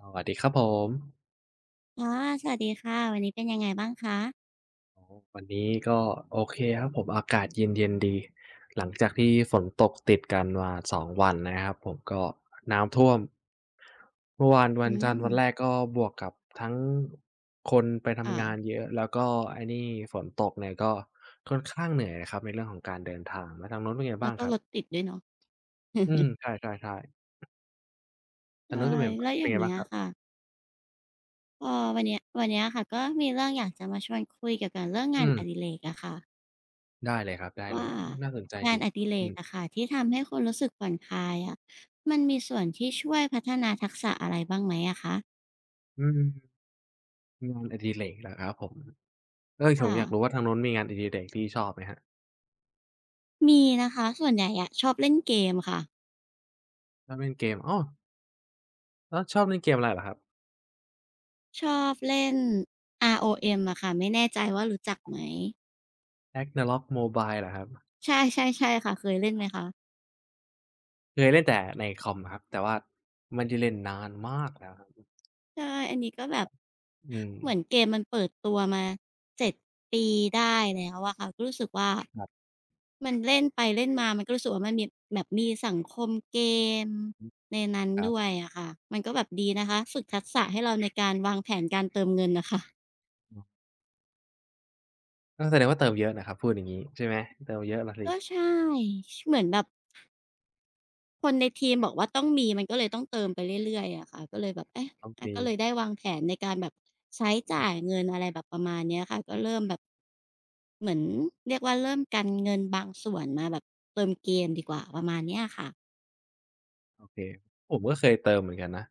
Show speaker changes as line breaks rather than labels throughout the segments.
สวัสดีครับผม
ค่ะสวัสดีค่ะวันนี้เป็นยังไงบ้างคะ
โอ้วันนี้ก็โอเคครับผมอากาศเย็นๆดีหลังจากที่ฝนตกติดกันมา2วันนะครับผมก็น้ำท่วมเมื่อวานวั
อื
นจันทร์วัน
ม
แรกก็บวกกับทั้งคนไปทำงาน
ค่ะ
เยอะแล้วก็ไอ้นี่ฝนตกเนี่ยก็ค่อนข้างเหนื่อยนะครับในเรื่องของการเดินทางแล้วทางนู้นเป็นไง
แล้
บ้า
ว
ง
ก็
ครับ
รถติดด้วยเนาะ
อืม ใช่ๆๆทางนู้น
ใช่
ก็เป็น
แล้วอ
เป็น
ย่าง
ไงบ้า
เงี้
ง
ย
ครับ
ค่ะวันเนี้ยวันเนี้ยค่ะก็มีเรื่องอยากจะมาชวนคุยเกี่ยวกับเรื่อง
อื
งานอ
ม
ดิเรกอะค่ะ
ได้เลยครับได้เลย
ว่า
น่าสนใจ
งาน
ดี
อดิเร
อื
ก
ม
อะค่ะที่ทำให้คุณรู้สึกผ่อนคลายอะมันมีส่วนที่ช่วยพัฒนาทักษะอะไรบ้างไหมอะคะ
อืมงานอดิเรกเหรอครับผม เฮ้ยผม
ค่ะ
อยากรู้ว่าทางนู้นมีงานอดิเรกที่ชอบไหมครับ
มีนะคะส่วนใหญ่อะชอบเล่นเกมค่ะ
ชอบเล่นเกมอ้อแล้วชอบเล่นเกมอะไรเหรอครับ
ชอบเล่น ROM อะค่ะไม่แน่ใจว่ารู้จักไหม
Ragnarok Mobile เหรอครับ
ใช่ๆๆค่ะเคยเล่นไหมคะ
เคยเล่นแต่ในคอมครับแต่ว่าไม่ได้เล่นนานมากแล้วครับ
ใช่ อันนี้ก็แบบ
อืม
เหมือนเกมมันเปิดตัวมา7ปีได้แล้วอะค่ะก็รู้สึกว่า
ครับ
มันเล่นไปเล่นมามันก็รู้สึกว่ามันมีแบบมีสังคมเกม
อือ
ในนั้น
ครับ
ด้วยอะค่ะมันก็แบบดีนะคะฝึกทักษะให้เราในการวางแผนการเติมเงินน่ะค่ะ
อือก็แสดงว่าเติมเยอะนะครับพูดอย่างงี้ใช่ไหมเติมเยอะล่ะสิ
ก็ใช่ชเหมือนแบบ คนในทีมบอกว่าต้องมีมันก็เลยต้องเติมไปเรื่อยๆอะค่ะก็เลยแบบเอ๊ะ
ต้อง
อา
มี
ก็เลยได้วางแผนในการแบบใช้
อื
จ่าย
ม
เงินอะไรแบบประมาณเนี้ยค่ะก็เริ่มแบบเหมือนเรียกว่าเริ่มกันเงินบางส่วนมาแบบเติมเกมดีกว่าประมาณเนี้ยค่ะ
โอเคผมก็เคยเติมเหมือนกันนะ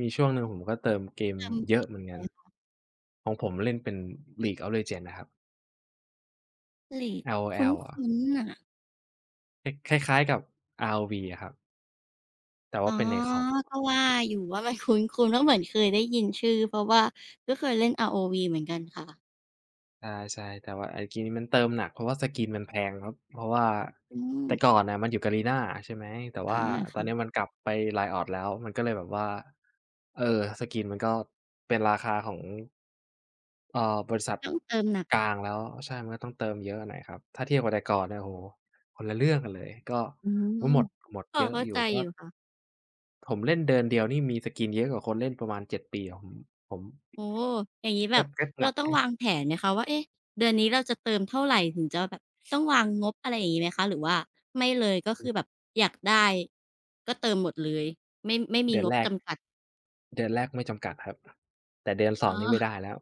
มีช่วงหนึ่งผมก็เติมเกม
เติม
เย
เก
อะ
ม
เหมือน
อะ
กั
ไร
น
คะ
ของผมเล่นเป็น League of Legends นะครับ
เรตคุ้
LOL อะ
นๆน่ะ
คคล้ายๆกับ ROV อะครับแต่
อ๋
ว่า
อ
เป็นในคอม
ก็ว่าอยู่ว่ามันคุ้นๆว่าเหมือนเคยได้ยินชื่อเพราะว่าก็เคยเล่น ROV เหมือนกันค่ะ
ใช่ๆแต่ว่าไอ้กีนนี้มันเติมหนักเพราะว่าสกินมันแพงครับเพราะว่า
อืม
แต่ก่อนน่ะมันอยู่ g a ีน่าใช่ไหมแต่
อา
ว่าตอนนี้
ค่ะ
มันกลับไป Riot แล้วมันก็เลยแบบว่าเออสกินมันก็เป็นราคาของบริษัท
ต้องเติมหนัก
กลางแล้วใช่มันก็ต้องเติมเยอะหน่อยครับถ้าเทียบกับแต่ก่อนเนี่ยโอ้โฮคนละเรื่องกันเลยก็
อืม
โอ้หมดหมด
พอ
เยอะ
เข้า
อยู่
ใจอ
ก็
ยู่ค่ะ
ผมเล่นเดือนเดียวนี่มีสกินเยอะกว่าคนเล่นประมาณเจ็ดปีผม
โอ้อย่างงี้แบ
ก็
บ
ก็ห
เรา
นัก
ต้อ
อ
งวางแผนไหมคะว่าเอ๊ะเดือนนี้เราจะเติมเท่าไหรถึงจะแบบต้องวางงบอะไรอย่างนี้ไหมคะหรือว่าไม่เลยก็
ื
คื
อ
อแบบอยากได้ก็เติมหมดเลยไม่มี
เดือน
งบ
แรก
จำกัด
เดือนแรกไม่จำกัดครับแต่เดือน
อ๋
2นี่ไม่
อ
ได้แล้ว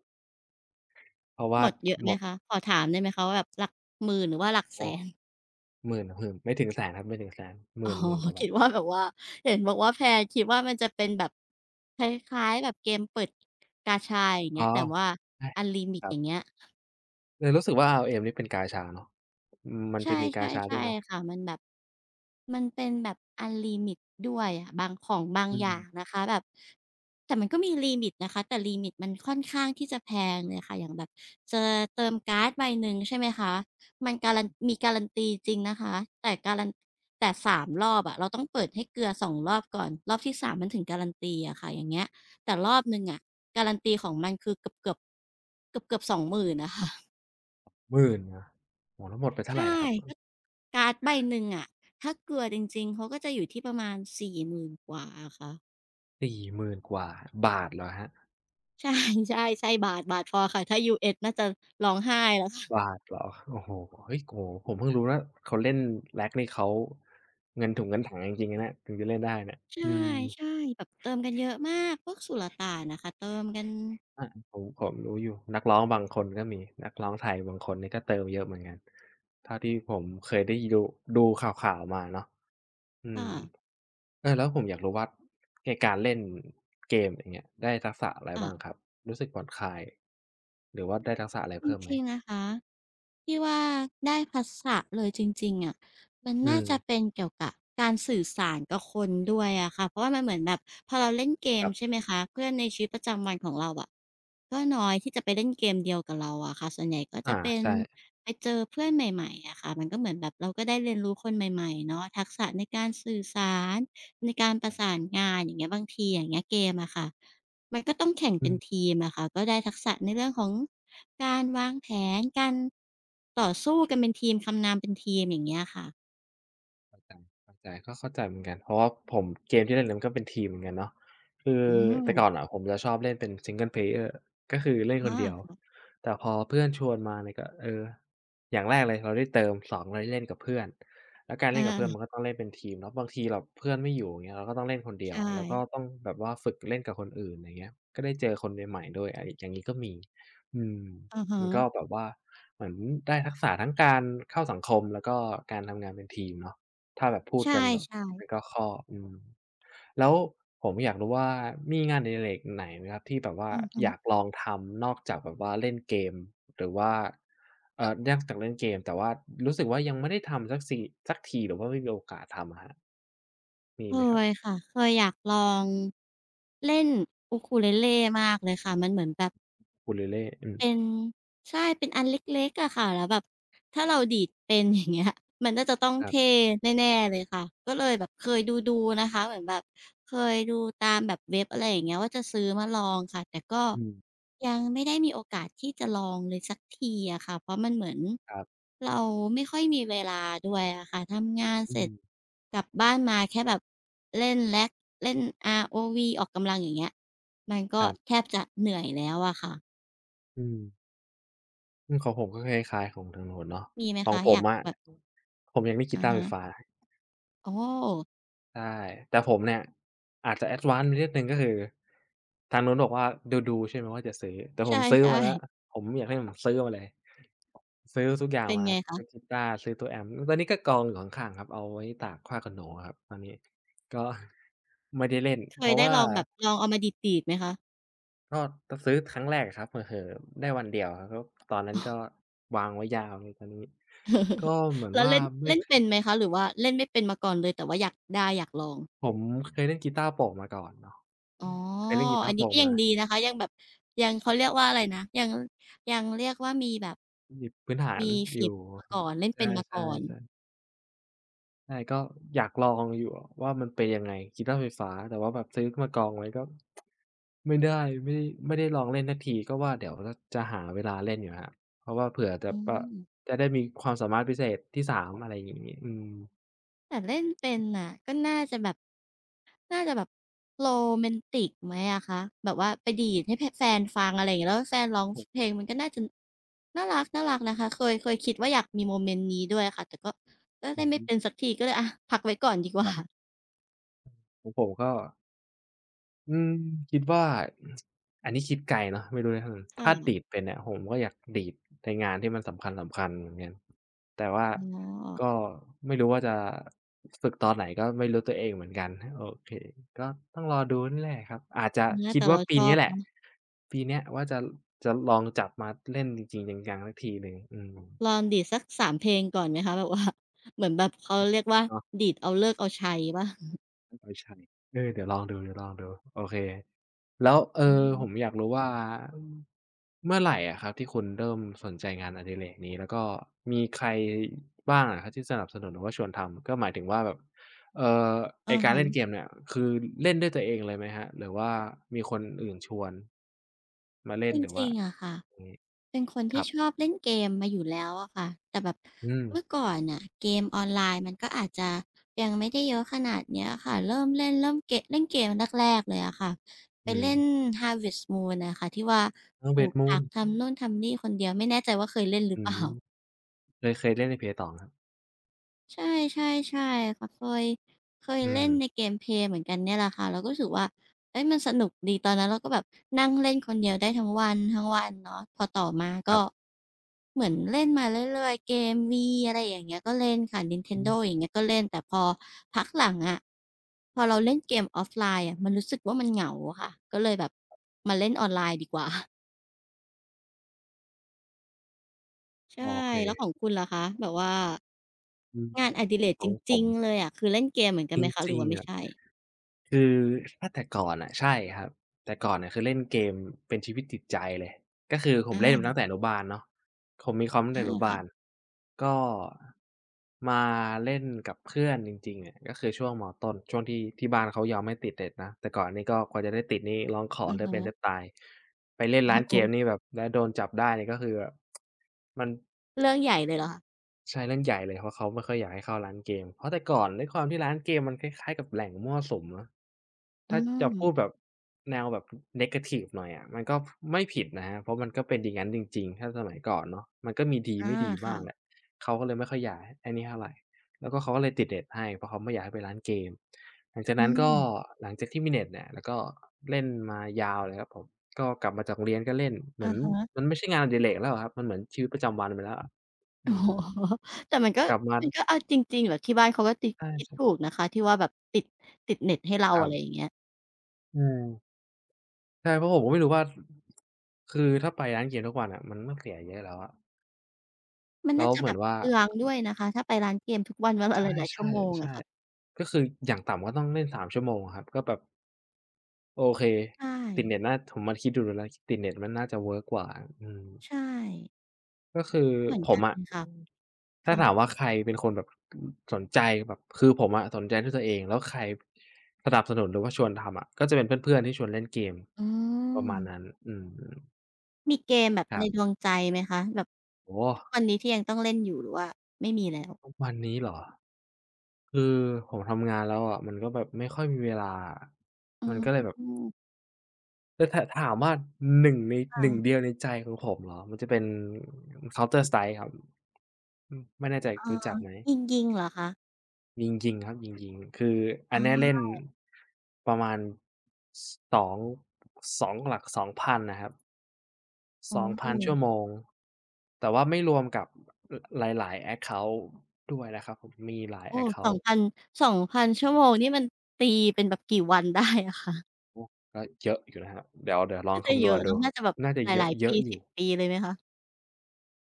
เพราะ
ห
ว่า
มดเยอะ
หม
ไหม
ด
คะขอถามได้ไหมคะว่าแบบหลักหมื่นหรือว่าหลักแส
โอ้
น
10000หมื่นไม่ถึงแสนครับไม่ถึงแสนห
อ๋อ
มื่นหมื่นกว่าบา
คิ
ท
ดว่าแบบว่าเห็นบอกว่าแพลคิดว่ามันจะเป็นแบบคล้ายๆแบบเกมเปิดกาชาอย่าง
อ๋
เงี้
อ
ยแต่ว่า
ใช่
อันลิมิ
ค
ต
รั
อย่าง
บ
เงี้ย
เลยรู้สึกว่า RM นี่เป็นกาชาเนาะอืมมัน
ใช่
จะมีกา
ใช่
ชาด้
ใช่
วยเนาะ
ค่ะมันแบบมันเป็นแบบอันลิมิตด้วยอะบางของบาง
อื
อย่าง
ม
นะคะแบบแต่มันก็มีลิมิตนะคะแต่ลิมิตมันค่อนข้างที่จะแพงเลยค่ะอย่างแบบจะเติมการ์ดใบหนึ่งใช่ไหมคะมันการันมีการันตีจริงนะคะแต่การันแต่สามรอบอะเราต้องเปิดให้เกลือสองรอบก่อนรอบที่3มมันถึงการันตีอะค่ะอย่างเงี้ยแต่รอบหนึ่งอะการันตีของมันคือเกือบๆเกือบๆ20,000องหมื่นอะค่ะ
หมื่นนะโอ้โฮแล้วหมดไปเท่าไร
ใช่
นะครับ
การ์ดใบหนึ่งอะถ้าเกลือจริงๆเขาก็จะอยู่ที่ประมาณ4มื่นกว่าอะค่ะ
4มื่นกว่าบาทเหรอครับ
ใช่ใช่ใช่บาทบาทพอค่ะถ้า US น่าจะร้องไห้แล้วค่ะ
บาทเหรอโอ้โฮเฮ้ยโอ้โฮผมเพิ่งรู้ว่าเขาเล่น RAG นี่เขาเงินถุงเงินถังจริงๆนะเนี่ยถึงจะเล่นได้เนี่ย
ใช
อืม
่ๆแบบเติมกันเยอะมากพวกสุลต่านน่ะค่ะเติมกัน
อาผมรู้อยู่นักร้องบางคนก็มีนักร้องไทยบางคนนี่ก็เติมเยอะเหมือนกันเท่าที่ผมเคยได้ดูดูข่าวๆมาเนาะอื
ค่
มเออแล้วผมอยากรู้ว่าในการเล่นเกมอย่างเงี้ยได้ทักษะอะไร
ะ
บ้างครับรู้สึกผ่อนคลายหรือว่าได้ทักษะอะไร
ๆจ
เพิ่มไหม
ริงๆนะคะ ที่ว่าได้ทักษะเลยจริงๆอะมัน
อื
น่า
ม
จะเป็นเกี่ยวกับการสื่อสารกับคนด้วยอะค่ะ เพราะว่ามันเหมือนแบบพอเราเล่นเก
ค
ม
รั
ใช่
บ
ไหมคะเพื่อนในชีวิตประจำวันของเราอะก็น้อยที่จะไปเล่นเกมเดียวกับเราอะค่ะส่วนใหญ่ก็จะ
อา
เป็น
ใช่
ไปเจอเพื่อนใหม่ๆอะค่ะมันก็เหมือนแบบเราก็ได้เรียนรู้คนใหม่ๆเนาะทักษะในการสื่อสารในการประสานงานอย่างเงี้ยบางทีอย่างเงี้ยเกมอะค่ะมันก็ต้องแข่ง
อื
เป็น
ม
ทีมอะค่ะก็ได้ทักษะในเรื่องของ การวางแผนการต่อสู้กันเป็นทีมทำงานเป็นทีมอย่างเงี้ยค่ะ
เข้าใจก็เข้าใจเหมือนกันเพราะว่าผมเกมที่เล่นเนี่ยมันก็เป็นทีมเหมือนกันเนาะคือ
อื
แต่ก่อน
ม
อะผมจะชอบเล่นเป็น Single Player ก็คือเล่นคนเดียว
อา
แต่พอเพื่อนชวนมาเนี่ยก็เอออย่างแรกเลยเราได้เติม2เราได้เล่นกับเพื่อนแล้วการเล่นกับเพื่อนมั
อา
นก็ต้องเล่นเป็นทีมเนาะบางทีแบบเพื่อนไม่อยู่อย่างเงี้ยเราก็ต้องเล่นคนเดียว
ใช่
แล้วก็ต้องแบบว่าฝึกเล่นกับคนอื่นอย่างเงี้ยก็ได้เจอคนใหม่ๆด้วยอะไรอย่างงี้ก็มีอืม
อะฮะ
มันก็แบบว่าเหมือนได้ทักษะทั้งการเข้าสังคมแล้วก็การทำงานเป็นทีมเนาะ ถ้าแบบพูด
ใช่
กันแบบมันก็
ๆ
ข้ออืมแล้วผมอยากรู้ว่ามีงานอดิเรกไหนไหมครับที่แบบว่า
อือฮึ
อยากลองทำนอกจากแบบว่าเล่นเกมหรือว่านอกจากเล่นเกมแต่ว่ารู้สึกว่ายังไม่ได้ทำสักสีสักทีหรือว่าไม่มีโอกาสทำอะครับมี
เค
ไหมครับ
ยค่ะเคยอยากลองเล่น ukulele มากเลยค่ะมันเหมือนแบบ
อูคูเลเล่อืม
เป็นใช่เป็นอันเล็กๆอะค่ะแล้วแบบถ้าเราดีดเป็น อย่างเงี้ยมันน่าจะต้อง
ครับ
เท่แน่ๆเลยค่ะก็เลยแบบเคยดูๆนะคะเหมือนแบบเคยดูตามแบบเว็บอะไรอย่างเงี้ยว่าจะซื้อมาลองค่ะแต่ก็
อืม
ยังไม่ได้มีโอกาสที่จะลองเลยสักทีอะค่ะเพราะมันเหมือน
ครับ
เราไม่ค่อยมีเวลาด้วยอะค่ะทำงาน
อื
เสร็จ
ม
กลับบ้านมาแค่แบบเล่น RAG เล่น ROV ออกกำลังอย่างเงี้ยมัน
ค
ก็
รับ
แทบจะเหนื่อยแล้วอะค่ะ
อืมอืมของผมก็คล้ายๆของทางโน้นเนาะ
มีไหม
ของ
คะ
ผ
อ
ม
ยาก
อะ
แบบ
ผมยังเล่นกี
อะ
ตาร์ไฟ
ฮะ
ฟ้า
โอ้
ใช่ แต่ผมเนี่ยอาจจะแอดวานซ์ไปนิดหนึ่งก็คือทางนู้นบอกว่าดูๆใช่ไหมว่าจะซื้อแต่ผ
ใช
มซื้อ
่
มาแล้ว
ๆ
ผมอยากให้มันซื้อมาเลยซื้อทุกอย่าง
เป็น
มา
ไงคะ
ซื้อกีตาร์ซื้อตัวแอมป์ตอนนี้ก็กองอยู่ข้างๆครับเอาไว้ตากผ้าขนหนูอะครับตอนนี้ก็ ไม่ได้เล่น
เค
เพ
ย
ราะ
ได้
ว่า
ลองแบบลองเอามาดีดๆไหมคะ
ก็ก็ซื้อครั้งแรกอะครับเผลอๆได้วันเดียวอะครับตอนนั้นก็วางไว้ยาวเลยตอนนี้ก็ เหมือน
แล้ว
ว่า
เล่น
ไม่
เล่น
เค
เป็
ย
นไหมคะหรือว่าเล่นไม่เป็นมาก่อนเลยแต่ว่าอยากได้อยากลอง
ผมเคยเล่นกีตาร์โปร่งมาก่อนเนาะ
อ๋อ
เคยเล่นกีตา
อั
ร์
น
โป
นี้
ร่ง
ก็ยั
มา
งดีนะคะยังแบบยังเขาเรียกว่าอะไรนะยังยังเรียกว่ามีแบบ
มีพื้นฐาน
มี
อ
ฝี
ยู่
มือมาก่อนเล่น
ใช
เป็นมาก่
่
อน
ๆๆใช่ก็อยากลองอยู่อะว่ามันเป็นยังไงกีตาร์ไฟฟ้าแต่ว่าแบบซื้อมากองไว้ก็ไม่ได้ไม่ได้ลองเล่นสักทีก็ว่าเดี๋ยวจะหาเวลาเล่นอยู่ครับเพราะว่าเผื่อจะ
อื
ปะ
ม
จะได้มีความสามารถพิเศษที่3อะไรอย่างงี้อืม
แต่เล่นเป็นน่ะก็น่าจะแบบน่าจะแบบโรแมนติกไหมอะคะแบบว่าไปดีดให้แฟนฟังอะไรอย่างเงี้ยแล้วให้แฟนร้อง
ผ
เพ
ม
ลงมันก็น่าจะน่ารักๆนะคะเคยคิดว่าอยากมีโมเมนต์นี้ด้วยค่ะแต่ก็ก็
อื
เล่
อ
นไม่
ฮึ
เป็นสักทีก็เลยอะพักไว้ก่อนดีก
ค
ว่า
รับของผมก็ อืมคิดว่าอันนี้คิดไกลเนาะไม่รู้นะ
ค
ถ้าดีด
่ะ
เป็นเนี่ยผมก็อยากดีดในงานที่มันสำคัญๆเหมือนกันแต่ว่า
อ๋อ
ก็ไม่รู้ว่าจะฝึกตอนไหนก็ไม่รู้ตัวเองเหมือนกันโอเคก็ต้องรอดูนี่แหละครับอาจจะ
เนื้อ
คิด
แต่
ว่า
เรา
ปี
ชอ
นี้
บ
แหละ
เนาะ
ปีเนี้ยว่าจะลองจับมาเล่นจริงๆจังๆสักทีหนึ่งอืม
ลองดีดสักสามเพลงก่อนไหมคะแบบว่าเหมือนแบบเขาเรียกว่าดีดเอาฤกษ์เอาชัยเปล่า
เออใช่เออเดี๋ยวลองดูเดี๋ยวลองดู โอเค แล้ว
อื
ผม
ม
อยากรู้ว่า เมื่อไหร่อะครับที่คุณเริ่มสนใจงานอดิเรกนี้ แล้วก็มีใครบ้างอะครับที่สนับสนุนหรือว่าชวนทำ ก็หมายถึงว่าแบบเอ่อไอ้
อะ
การเล่นเก
ฮะ
มเนี่ย คือเล่นด้วยตัวเองเลยไหมครับหรือว่ามีคนอื่นชวนมาเล่
จ
นหรือ
ริ
ว่า
งๆอะค่ะ
อย่างงี้
เป็นคน
ค
ที่
รับ
ชอบเล่นเกมมาอยู่แล้วอะค่ะแต่แบบ
อืม
เมื่อก่อนน่ะเกมออนไลน์มันก็อาจจะยังไม่ได้เยอะขนาดเนี้ยค่ะเริ่มเล่นเริ่มเกะเล่นเกมแรกๆเลยอะค่ะไป
อืม
เล่น Harvest Moon น่ะค่ะที่ว่า
อ้าว
ปลูก
Blade
ผั
Moon
กทำนู่นทำนี่คนเดียวไม่แน่ใจว่าเคยเล่นหรือ
อื
เป
ม
ล่า
เคยเล่นใน Play 2ครับ
ใช่ๆ่ใช่ค่ะเคยเคย
อื
เล่
ม
นในเกมเพลย์เหมือนกันเนี่ยแหละค่ะเราก็รู้สึกว่าเฮ้ยมันสนุกดีตอนนั้นเราก็แบบนั่งเล่นคนเดียวได้ทั้งวันทั้งวันเนาะพอต่อมา
ครั
ก็
บ
เหมือนเล่นมาเรื่อยๆเกม Wii อะไรอย่างเงี้ยก็เล่นค่ะ
อื
Nintendo
ม
อย่างเงี้ยก็เล่นแต่พอพักหลังอะพอเราเล่นเกมออฟไลน์อะมันรู้สึกว่ามันเหงาอะค่ะก็เลยแบบมาเล่นออนไลน์ดีกว่า ใช่
โอเค
แล้วของคุณล่ะคะแบบว่า
อืม
งานอดิเรก
ขอ
จ
งผ
ริง
ม
ๆเลยอะคือเล่นเกมเหมือนกั
จ
นไหมคะหรื
ริ
อ
ง
ว่า
ๆ
ไม่
อะ
ใช่
คือถ้าแต่ก่อนน่ะใช่ครับแต่ก่อนเน่ยคือเล่นเกมเป็นชีวิตจิตใจเลยก็คือผมเล่นมาตั้ง
อา
แต่อนุบาลเนาะผมมีคอมตั้ง
อา
แต่อนุบา
ค่ะ
ลก็มาเล่นกับเพื่อนจริงๆอะก็คือช่วงมต้นช่วงที่บ้านเขายอมให้ติดเน็ตนะแต่ก่อนนี่ก็กว่าจะได้ติดนี่ร้องขอ
อะ
แทบ
ฮะ
เป็นแทบตายไปเล่นร้า
โอ้
น
โฮ
เกมนี่แบบแล้วโดนจับได้นี่ก็คือแบบมัน
เรื่องใหญ่เลยเหรอคะ
ใช่เรื่องใหญ่เลยเพราะเขาไม่ค่อยอยากให้เข้าร้านเกมเพราะแต่ก่อนด้วยความที่ร้านเกมมันคล้ายๆกับแหล่งมั่วสุมเนาะ
อื
ถ้าจะ
ม
พูดแบบแนวแบบ negative หน่อยอะมันก็ไม่ผิดนะครับเพราะมันก็เป็นอย่างงั้นจริงๆถ้าสมัยก่อนเนาะมันก็มีดี
อา
ไม่ดีบ้างแหละ
ค่ะ
เขาก็เลยไม่ค่อยอยากไอ้นี่เท่าไรแล้วก็เขาก็เลยติดเน็ตให้เพราะเขาไม่อยากให้ไปร้านเกมหลังจาก
อื
นั้นก็
ม
หลังจากที่มีเน็ตเนี่ยแล้วก็เล่นมายาวเลยครับผมก็กลับมาจากโรงเรียนก็เล่นเหมือ
อะ
น
ฮะ
มันไม่ใช่งานอดิเรกแล้วอะครับมันเหมือนชีวิตประจำวันไปแล้วอะ
โอ้
อื
โฮ
ม
แต่มันก็
กลับมา
มันก็เอาจริงๆเหรอที่บ้านเขาก็ติ
ใช
คิดถูก
่
นะคะที่ว่าแบบติดติดเน็ตให้เรา
ๆครั
อะ
บ
ไรอย่างเงี้ย
อืมใช่เพราะผมก็ไม่รู้ว่าคือถ้าไปร้านเกมทุกวันอะมันต้องเสียเยอะแล้วอะ
มัน
แล้
น่า
ว
จะ
เหมื
แบ
อน
บ
ว่า
เปลืองด้วยนะคะถ้าไปร้านเกมทุกวันวันละห
ใช่
ลายๆชั่
ใช่
วโมง
ใช่
อะค่ะ
ก็คืออย่างต่ำก็ต้องเล่น3ชั่วโมงอะครับก็แบบโอเค
ใช่
ติดเน็ตน่าผมมาคิดดูๆแล้วติดเน็ตมันน่าจะเวิร์กกว่าอืม
ใช่
ก็คือ
เหมือน
ผม
กัน
อะ
ค่ะ
ถ้า
ค่ะ
ถามว่าใครเป็นคนแบบอือสนใจแบบคือผมอะสนใจด้วยตัวเอง แล้วใครสนับสนุนหรือว่าชวนทำอะก็จะเป็นเพื่อนๆที่ชวนเล่นเกม
อื
ประ
ม
มาณนั้นอืม
มีเกมแบบ
ครั
ในด
บ
วงใจไหมคะแบบ
โอ้โฮ
ทุกวันนี้ที่ยังต้องเล่นอยู่หรือว่าไม่มีแล้ว
ทุกวันนี้เหรอคือผมทำงานแล้วอะมันก็แบบไม่ค่อยมีเวลาอะ
อื
มันก็เลย
ม
แบบแต่ถ้าถามว่า1ในหนึ่ง
ค่ะ
เดียวในใจของผมเหรอมันจะเป็น Counter Strike ครับอืมไม่แน่ใจ
เอ
รู้
อ
จักไหม
ยิงๆเหรอคะ
ยิงครับยิงคืออั
อ๋
นเนี้ยเล่น
อ
ประมาณส2งสองหลักสองพันน่ะครับ
โอ้โฮ
2,000ชั่วโมงแต่ว่าไม่รวมกับอหลายๆแอ็กเคานต์ด้วยนะครับผมมีหลาย
โอ้
แอ็กเคานต์
2,000งพันสองพันชั่วโมงนี่มันตีเป็นแบบกี่วันได้อะคะ
โอ้ก็เยอะอยู่นะครับเดี๋ยวลอง
น่าจะ
คำน
เย
วณ
อะ
ดู
เนาะน่าจะแบบ
น่าจะ
ห
เยอะ
ลายๆ
เยอะ
ปี
อยู่
10ปีเลยไหมคะ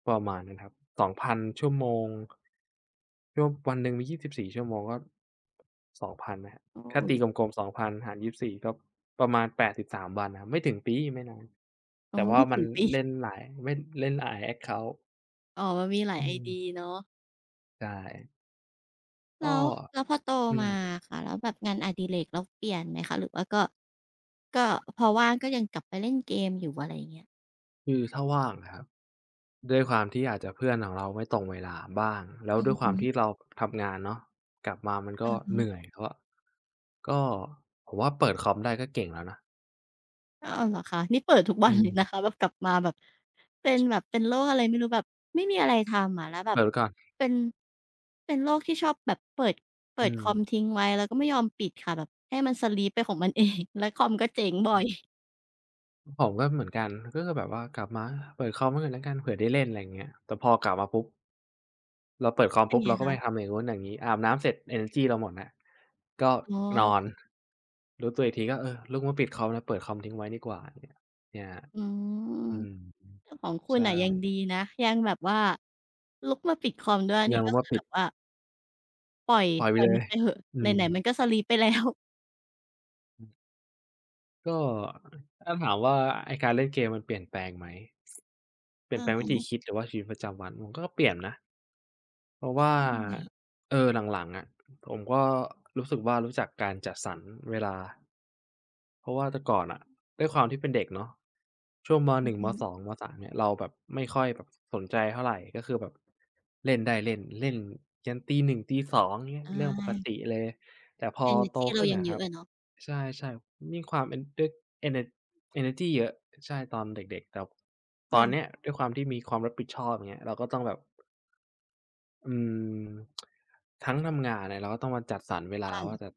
ประมาณนั้นครับ2,000ชั่วโมงชั่ววันหนึ่งมี24ชั่วโมงก็2,000นนะครับถ้าตีก
อ
ลมๆ2,000หาร24ก็ประมาณ83วันนะครับไม่ถึงปีไม่นาน
อ๋อ
แต่ว่า
ไม่
มั
ถึ
น
งปี
เล่นหลายเล่นเล่นหลายแอ็กเคานต์
อ๋อมันมีหลาย
อืม
ID เนาะ
ใช่ก็
แล้วแล้วพอโต
อืม
มาอะค่ะแล้วแบบงานอดิเรกเราเปลี่ยนไหมคะหรือว่าก็ก็พอว่างก็ยังกลับไปเล่นเกมอยู่อะไรอย่างเงี้ย
คือถ้าว่างอะครับ ด้วยความที่อาจจะเพื่อนของเราไม่ตรงเวลาบ้างแล้ว
อื
ด้
อ
วยควา
ฮึ
มที่เราทำงานเนาะกลับมามันก็
อะ
เหนื่อ
ฮะ
ยก็ผมว่าเปิดคอมได้ก็เก่งแล้วนะ
อ้าวเหรอคะนี่เปิดทุก
อื
วันเลยนะ
ม
คะแบบกลับมาแบบเป็นแบบเป็นโรคอะไรไม่รู้แบบไม่มีอะไรทำอะแล้วแบบ
เปิดไว้ก่อน
เป็นเป็นโรคที่ชอบแบบเปิดเปิ
อื
ด
ม
คอมทิ้งไว้แล้วก็ไม่ยอมปิดค่ะแบบให้มัน sleep ไปของมันเอง แล้วคอมก็เจ๊งบ่อย
ผมก็เหมือนกันก็คือแบบว่ากลับมาเปิดคอมไว้ก่อนแล้วกันเผื่อได้เล่นอะไรอย่างเงี้ยแต่พอกลับมาปุ๊บเราเปิดคอม
เป็น
ปุ๊บ
ไง
เราก็ไป
คะ
ทำอย่างนู้นอย่างงี้อาบน้ำเสร็จเอเนอร์จีเราหมดแล้วก็
อ๋
นอน
อ
รู้ตัวอีกทีก็เออลุกมาปิดคอมแล้วเปิดคอมทิ้งไว้ดีกว่าอย่างเงี้ยเนี่ย
อืม
อืม
แต่ของคุณ
ใช่
น่ะยังดีนะยังแบบว่าลุกมาปิดคอมด้วยนี่
ยังลุ
ก็
กมา
คือ
ปิ
แบ
ด
บว่าปล่อย
ปล่อย
ป
ไป
ล่อย
เล
มั
ย
นไปเหอะ
อื
ไห
ม
นๆมันก็ sleep ไปแล้ว
ก็ถ้าถามว่าไอ้การเล่นเกมมันเปลี่ยนแปลงไหม เปลี่ยน
อะ
แปลงวิธี
ฮะ
คิดหรือว่าชีวิตประจำวันมันก็เปลี่ยนนะ เพราะ
ใช
ว่า
่
เออหลังๆอะผมก็รู้สึกว่ารู้จักการจัดสรรเวลา เพราะว่าแต่ก่อนอ่ะด้วยความที่เป็นเด็กเนาะช่วงม
อือ
.1 ม
ฮึ
.2 ม .3 เนี่ยเราแบบไม่ค่อยแบบสนใจเท่าไรก็คือแบบเล่นได้เล่นเล่นยันตีหนึ่งตีสองเงี้ย
อ
เรื่องปก
า
ติเลยแต่พอ
เอเนอร์
โต
จีเรา
ขึ้น
ยัง
นะค
เย
รั
อะ
บ
อะเนาะ
ใช่ๆมีความเอ็นด้วยเอเนเอเนอร์จีเยอะใช่ตอนเด็กๆแต่ตอน
ค่ะ
เนี้ยด้วยความที่มีความรับผิดชอบอย่างเงี้ยเราก็ต้องแบบอืมทั้งทำงานเนี่ยเราก็ต้องมาจัดสรรเวลาว่า
ค่ะ
จะ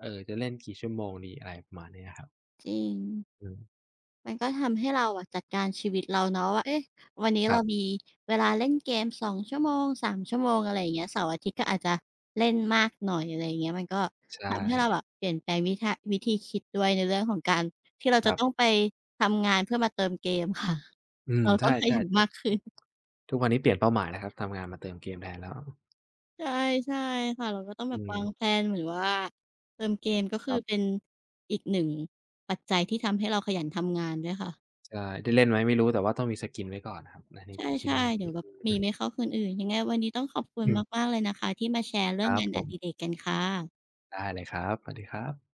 จะเล่นกี่ชั่วโมงดีอะไรประมาณเนี้ยครับ
จริง
อืม
มันก็ทำให้เราอะจัดการชีวิตเราเนาะว่าเอ๊ะวันนี้
ครั
เรา
บ
มีเวลาเล่นเกม2ชั่วโมง3ชั่วโมงอะไรอย่างเงี้ยเสาร์อาทิตย์ก็อาจจะเล่นมากหน่อยอะไรอย่างเงี้ยมันก็
ใช่
ทำให้เราแบบเปลี่ยนแปลงวิทะวิธีคิดด้วยในเรื่องของการที่เรา
ค
จะ
รั
ต้องไป
บ
ทำงานเพื่อมาเติมเกมค่ะ
อื ม
เราต้องข
ใช่
ยัน
ๆแต่
มากขึ้น
ทุกวันนี้เปลี่ยนเป้าหมายแล้วครับทำงานมาเติมเกมแทนแล้ว
ใช่ใช่ค่ะเราก็ต้องแบ
อื
บ
ม
วางแพลนเหมือนว่าเติมเกมก็
ค
คือ
รั
เป็
บ
นอีกหนึ่งปัจจัยที่ทำให้เราขยันทำงานด้วยค่ะ
ใช่ได้เล่นไหมไม่รู้แต่ว่าต้องมีสกินไว้ก่อนครับอันนี้
ใ
คิด
ช่
ไว้อย่า
ๆ
ง
เดี๋ยวแบบ
งี้
มีไม่เข้าคนอื่นยังไงวันนี้ต้องขอบคุณ
อืม
มากๆเลยนะคะที่มาแชร์
ค
เรื่อง
รับ
งาน
ผ
อ
ม
ดิเรกกันค่ะ
ได้เลยครับสวัสดีครับ